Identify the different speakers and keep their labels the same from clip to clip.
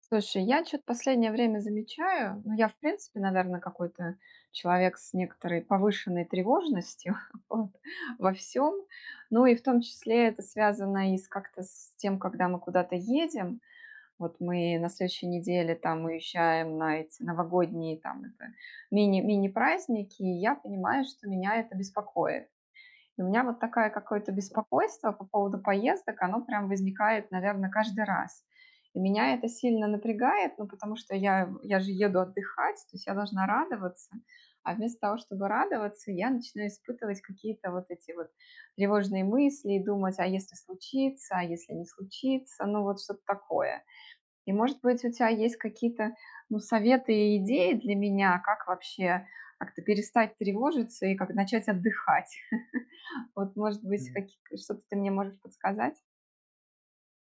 Speaker 1: Слушай, я что то последнее время замечаю. Ну, я, в принципе, наверное, какой-то человек с некоторой повышенной тревожностью вот, во всем. Ну, и в том числе это связано и с как-то с тем, когда мы куда-то едем. Вот мы на следующей неделе там уезжаем на эти новогодние там это мини-праздники, и я понимаю, что меня это беспокоит. И у меня вот такое какое-то беспокойство по поводу поездок, оно прям возникает, наверное, каждый раз. И меня это сильно напрягает, ну, потому что я же еду отдыхать, то есть я должна радоваться. А вместо того, чтобы радоваться, я начинаю испытывать какие-то вот эти вот тревожные мысли и думать: а если случится, а если не случится, ну вот что-то такое. И, может быть, у тебя есть какие-то, ну, советы и идеи для меня, как вообще как-то перестать тревожиться и как начать отдыхать. Вот, может быть,
Speaker 2: М,
Speaker 1: какие что-то ты мне можешь подсказать?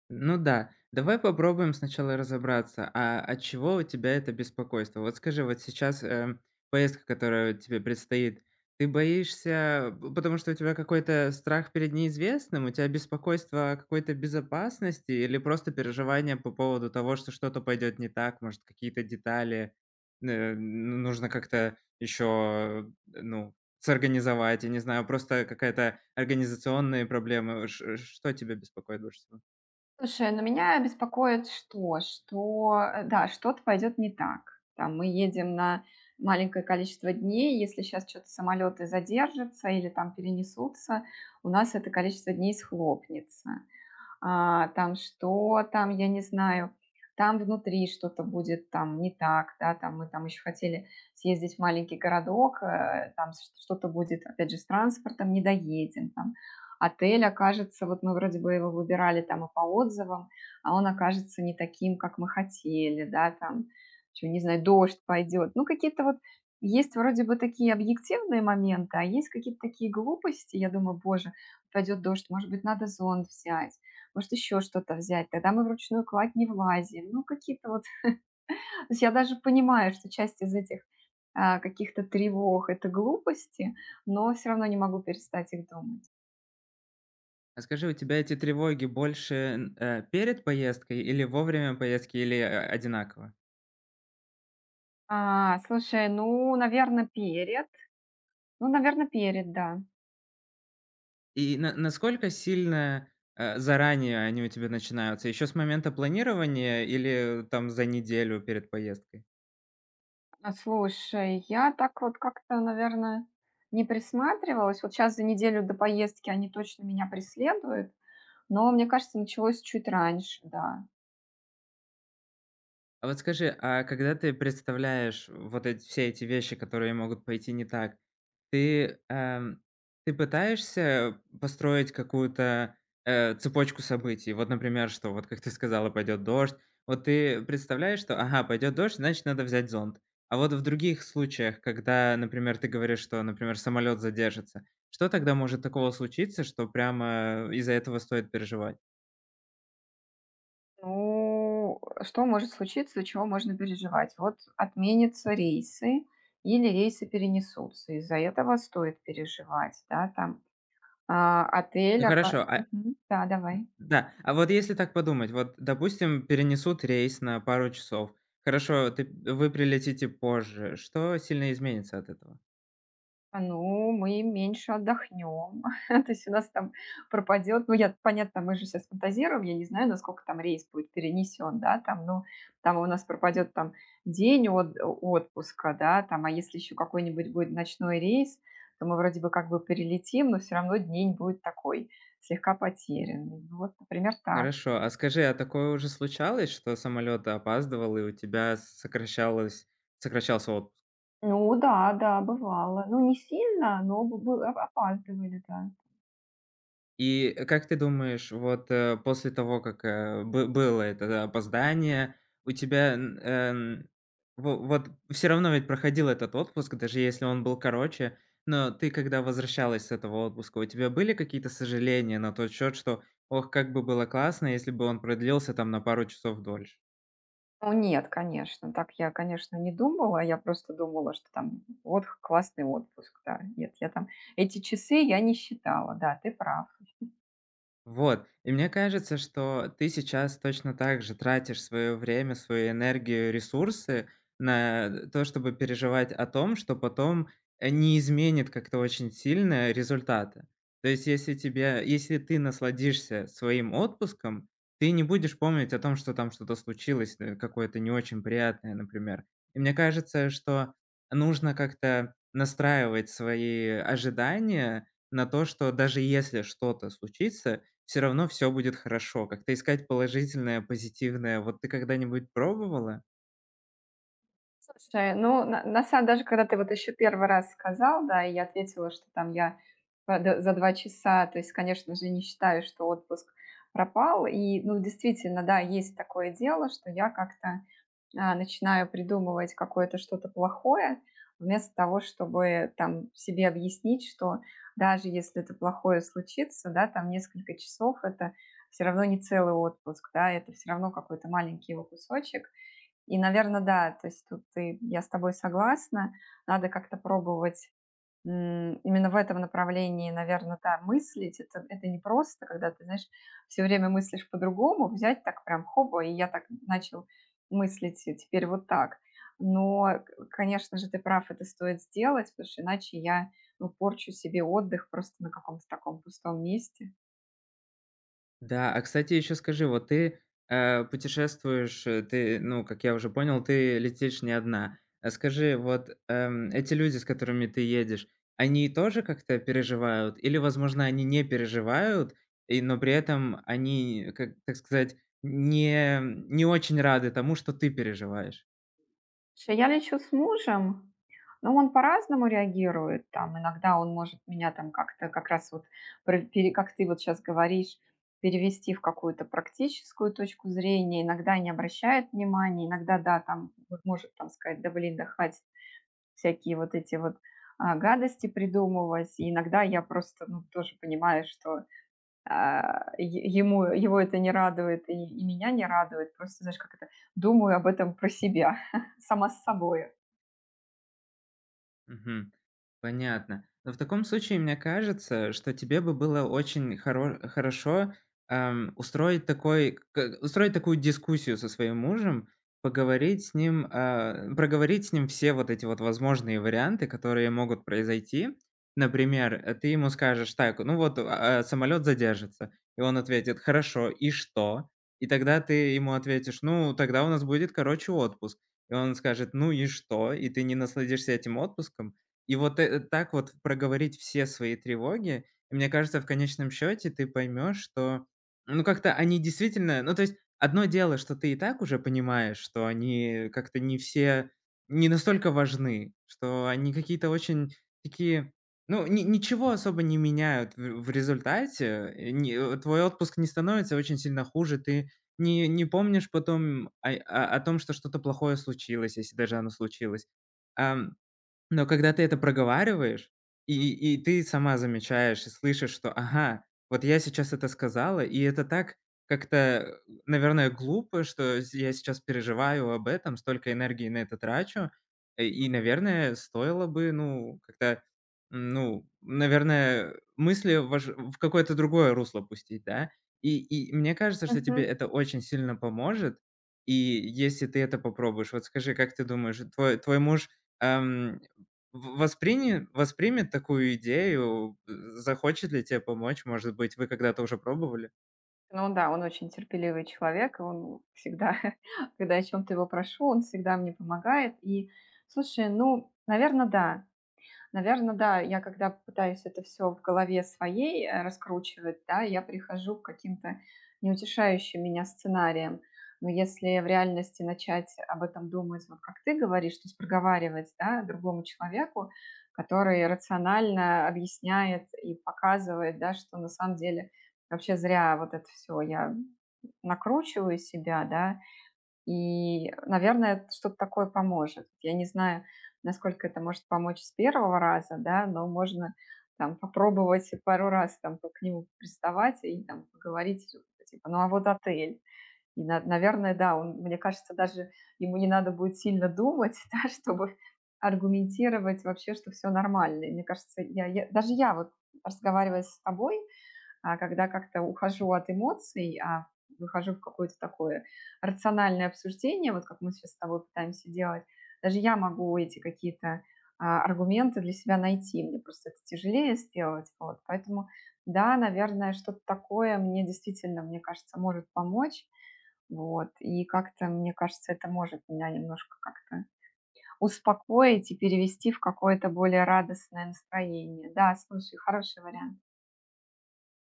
Speaker 2: ну да. Давай попробуем сначала разобраться, а от чего у тебя это беспокойство? Вот скажи, вот сейчас, поездка, которая тебе предстоит, ты боишься, п потому что у тебя какой-то страх перед неизвестным? У тебя беспокойство о какой-то безопасности или просто переживание по поводу того, что что-то пойдет не так? Может, какие-то детали, э, н нужно как-то еще, ну, сорганизовать? Я не знаю, просто какая-то организационные проблемы. Ш Что тебя беспокоит больше всего?
Speaker 1: Слушай, ну, меня беспокоит что? Что, да, что-то пойдет не так. Там мы едем на маленькое количество дней. Если сейчас что то самолеты задержатся или там перенесутся, у нас это количество дней схлопнется. А, там что там, я не знаю, там внутри что-то будет там не так, да, там мы там еще хотели съездить в маленький городок, там что-то будет, опять же, с транспортом, не доедем, там отель окажется, вот мы вроде бы его выбирали там и по отзывам, а он окажется не таким, как мы хотели, да, там, чё, не знаю, дождь пойдет, ну какие-то вот есть вроде бы такие объективные моменты, а есть какие-то такие глупости, я думаю: боже, пойдет дождь, может быть, надо зонт взять, может, еще что-то взять. Тогда мы вручную кладь не влазим. Ну, какие-то вот... То есть я даже понимаю, что часть из этих а, каких-то тревог– это глупости, но все равно не могу перестать их думать.
Speaker 2: А скажи, у тебя эти тревоги больше, перед поездкой или во время поездки, или, одинаково?
Speaker 1: А, слушай, ну, наверное, перед. Ну, наверное, перед, да.
Speaker 2: И на насколько сильно, заранее они у тебя начинаются? Еще с момента планирования или там за неделю перед поездкой?
Speaker 1: А, слушай, я так вот как-то, наверное, не присматривалась. Вот сейчас за неделю до поездки они точно меня преследуют, но, мне кажется, началось чуть раньше, да.
Speaker 2: А вот скажи, а когда ты представляешь вот эти все эти вещи, которые могут пойти не так, ты, эм, ты пытаешься построить какую-то, цепочку событий? Вот, например, что вот, как ты сказала, пойдет дождь. Вот ты представляешь, что, ага, пойдет дождь, значит, надо взять зонт. А вот в других случаях, когда, например, ты говоришь, что, например, самолет задержится, что тогда может такого случиться, что прямо из-за этого стоит переживать?
Speaker 1: Ну, что может случиться, чего можно переживать? Вот отменятся рейсы или рейсы перенесутся. Из-за этого стоит переживать, да, там а, отель.
Speaker 2: Ну хорошо, а
Speaker 1: Мгм. Да, давай.
Speaker 2: Да, а вот если так подумать, вот, допустим, перенесут рейс на пару часов. Хорошо, ты вы прилетите позже. Что сильно изменится от этого?
Speaker 1: А, ну, мы меньше отдохнем. То есть у нас там пропадет, ну, я, понятно, мы же сейчас фантазируем, я не знаю, насколько там рейс будет перенесен, да, там, ну, там у нас пропадет там день от, отпуска, да, там, а если еще какой-нибудь будет ночной рейс, то мы вроде бы как бы перелетим, но все равно день будет такой, слегка потерянный. Ну, вот, например, так.
Speaker 2: Хорошо, а скажи, а такое уже случалось, что самолет опаздывал и у тебя сокращалось сокращался отпуск?
Speaker 1: Ну да, да, бывало. Ну, не сильно, но опаздывали, да.
Speaker 2: И как ты думаешь, вот, после того, как, э, бы было это опоздание, у тебя, н во вот все равно ведь проходил этот отпуск, даже если он был короче, но ты, когда возвращалась с этого отпуска, у тебя были какие-то сожаления на тот счет, что: "Ох, как бы было классно, если бы он продлился там на пару часов дольше"?
Speaker 1: Ну нет, конечно, так я, конечно, не думала. Я просто думала, что там вот классный отпуск, да. Нет, я там эти часы я не считала, да, ты прав.
Speaker 2: Вот. И мне кажется, что ты сейчас точно так же тратишь свое время, свою энергию, ресурсы на то, чтобы переживать о том, что потом, не изменит как-то очень сильно результаты. То есть, если ты насладишься своим отпуском, ты не будешь помнить о том, что там что-то случилось, какое-то не очень приятное, например. И мне кажется, что нужно как-то настраивать свои ожидания на то, что даже если что-то случится, все равно все будет хорошо. Как-то искать положительное, позитивное. Вот ты когда-нибудь пробовала?
Speaker 1: Слушай, ну, на самом даже когда ты вот еще первый раз сказал, да, и я ответила, что там я за 2 часа, то есть, конечно же, не считаю, что отпуск пропал. И, ну, действительно, да, есть такое дело, что я как-то а, начинаю придумывать какое-то что-то плохое, вместо того, чтобы там себе объяснить, что даже если это плохое случится, да, там несколько часов, это все равно не целый отпуск, да, это все равно какой-то маленький его кусочек. И, наверное, да, то есть тут ты, я с тобой согласна, надо как-то пробовать. М, именно в этом направлении, наверное, да, мыслить. Это не просто, когда ты, знаешь, все время мыслишь по-другому. Взять так прям хоба, и я так начал мыслить теперь вот так. Но, э, к конечно же, ты прав, это стоит сделать, потому что иначе я, ну, порчу себе отдых просто на каком-то таком пустом месте.
Speaker 2: Да, а кстати, еще скажи, вот ты, путешествуешь, ты, ну, как я уже понял, ты летишь не одна. А скажи, вот, эти люди, с которыми ты едешь, они тоже как-то переживают? Или, возможно, они не переживают, и но при этом они, как так сказать, не очень рады тому, что ты переживаешь?
Speaker 1: Слушай, я лечу с мужем, но он по-разному реагирует. Там иногда он может меня там как-то как раз вот, как ты вот сейчас говоришь, перевести в какую-то практическую точку зрения, иногда не обращает внимания, иногда, да, там вот может там сказать: да блин, да хватит всякие вот эти вот а, гадости придумывать. И иногда я просто, ну, тоже понимаю, что а, ему, его это не радует и меня не радует. Просто, знаешь, как это, думаю об этом про себя, сама с собой.
Speaker 2: Мгм. Понятно. Но в таком случае, мне кажется, что тебе бы было очень хорошо, ам, устроить такой к устроить такую дискуссию со своим мужем, поговорить с ним, проговорить с ним все вот эти вот возможные варианты, которые могут произойти. Например, ты ему скажешь: "Так, ну вот, самолет задержится". И он ответит: "Хорошо, и что?" И тогда ты ему ответишь: "Ну, тогда у нас будет, короче, отпуск". И он скажет: "Ну и что?" И ты не насладишься этим отпуском. И вот, так вот проговорить все свои тревоги. И мне кажется, в конечном счете ты поймешь, что, ну, как-то они действительно ну, то есть одно дело, что ты и так уже понимаешь, что они как-то не все не настолько важны, что они какие-то очень такие, ну, ни ничего особо не меняют в результате. Э, не э, твой отпуск не становится очень сильно хуже, ты не помнишь потом ай а о том, что что-то плохое случилось, если даже оно случилось. Ам, но когда ты это проговариваешь, и ты сама замечаешь и слышишь, что: "Ага, вот я сейчас это сказала, и это так как-то, наверное, глупо, что с я сейчас переживаю об этом, столько энергии на это трачу". И, наверное, стоило бы, ну, как-то, ну, наверное, мысли вож в какое-то другое русло пустить, да. И мне кажется, что тебе
Speaker 1: Мгм.
Speaker 2: это очень сильно поможет. И если ты это попробуешь, вот скажи, как ты думаешь, твой муж, эм, в восприня воспримет такую идею, захочет ли тебе помочь. Может быть, вы когда-то уже пробовали?
Speaker 1: Ну да, он очень терпеливый человек, и он всегда, когда я о чем-то его прошу, он всегда мне помогает. И слушай, ну, наверное, да. Наверное, да. Я когда пытаюсь это все в голове своей, раскручивать, да, я прихожу к каким-то неутешающим меня сценариям. Но если в реальности начать об этом думать, вот как ты говоришь, то есть проговаривать, да, другому человеку, который рационально объясняет и показывает, да, что на самом деле вообще зря вот это все я накручиваю себя, да, и, наверное, что-то такое поможет. Я не знаю, насколько это может помочь с первого раза, да, но можно там попробовать пару раз там к нему приставать и там поговорить, типа, ну а вот отель. И, наверное, да, он, мне кажется, даже ему не надо будет сильно думать, да, чтобы аргументировать вообще, что все нормально. И мне кажется, я, даже я вот разговаривая с тобой, а, когда как-то ухожу от эмоций, а выхожу в какое-то такое рациональное обсуждение, вот как мы сейчас с тобой пытаемся делать, даже я могу эти какие-то а, аргументы для себя найти, мне просто это тяжелее сделать, вот, поэтому, да, наверное, что-то такое мне действительно, мне кажется, может помочь, вот, и как-то, мне кажется, это может меня немножко как-то успокоить и перевести в какое-то более радостное настроение, да, слушай, хороший вариант.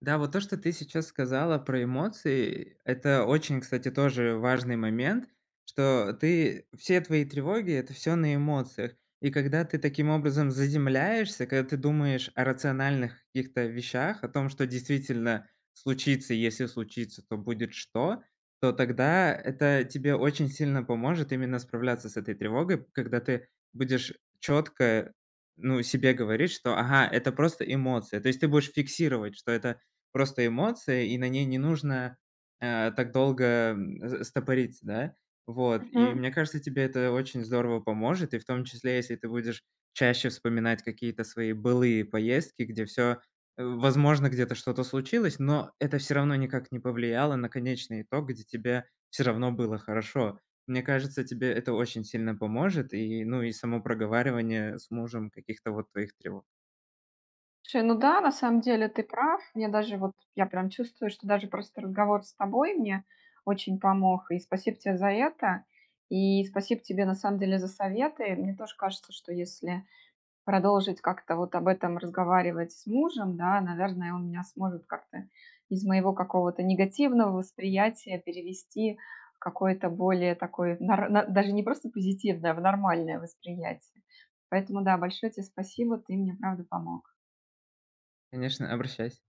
Speaker 2: Да, вот то, что ты сейчас сказала про эмоции, это очень, кстати, тоже важный момент, что ты все твои тревоги это все на эмоциях. И когда ты таким образом заземляешься, когда ты думаешь о рациональных каких-то вещах, о том, что действительно случится, и если случится, то будет что, то тогда это тебе очень сильно поможет именно справляться с этой тревогой, когда ты будешь четко, ну, себе говорить, что: "Ага, это просто эмоция". То есть ты будешь фиксировать, что это просто эмоция, и на ней не нужно, так долго, стопориться, да. Вот, и
Speaker 1: Мгм.
Speaker 2: мне кажется, тебе это очень здорово поможет, и в том числе, если ты будешь чаще вспоминать какие-то свои былые поездки, где все, возможно, где-то что-то случилось, но это все равно никак не повлияло на конечный итог, где тебе все равно было хорошо. Мне кажется, тебе это очень сильно поможет, и, ну, и само проговаривание с мужем каких-то вот твоих тревог.
Speaker 1: Слушай, ну да, на самом деле ты прав. Мне даже вот, я прям чувствую, что даже просто разговор с тобой мне очень помог. И спасибо тебе за это. И спасибо тебе на самом деле за советы. Мне тоже кажется, что если продолжить как-то вот об этом разговаривать с мужем, да, наверное, он меня сможет как-то из моего какого-то негативного восприятия перевести в какое-то более такое, даже не просто позитивное, а в нормальное восприятие. Поэтому да, большое тебе спасибо, ты мне правда помог.
Speaker 2: Конечно, обращайся.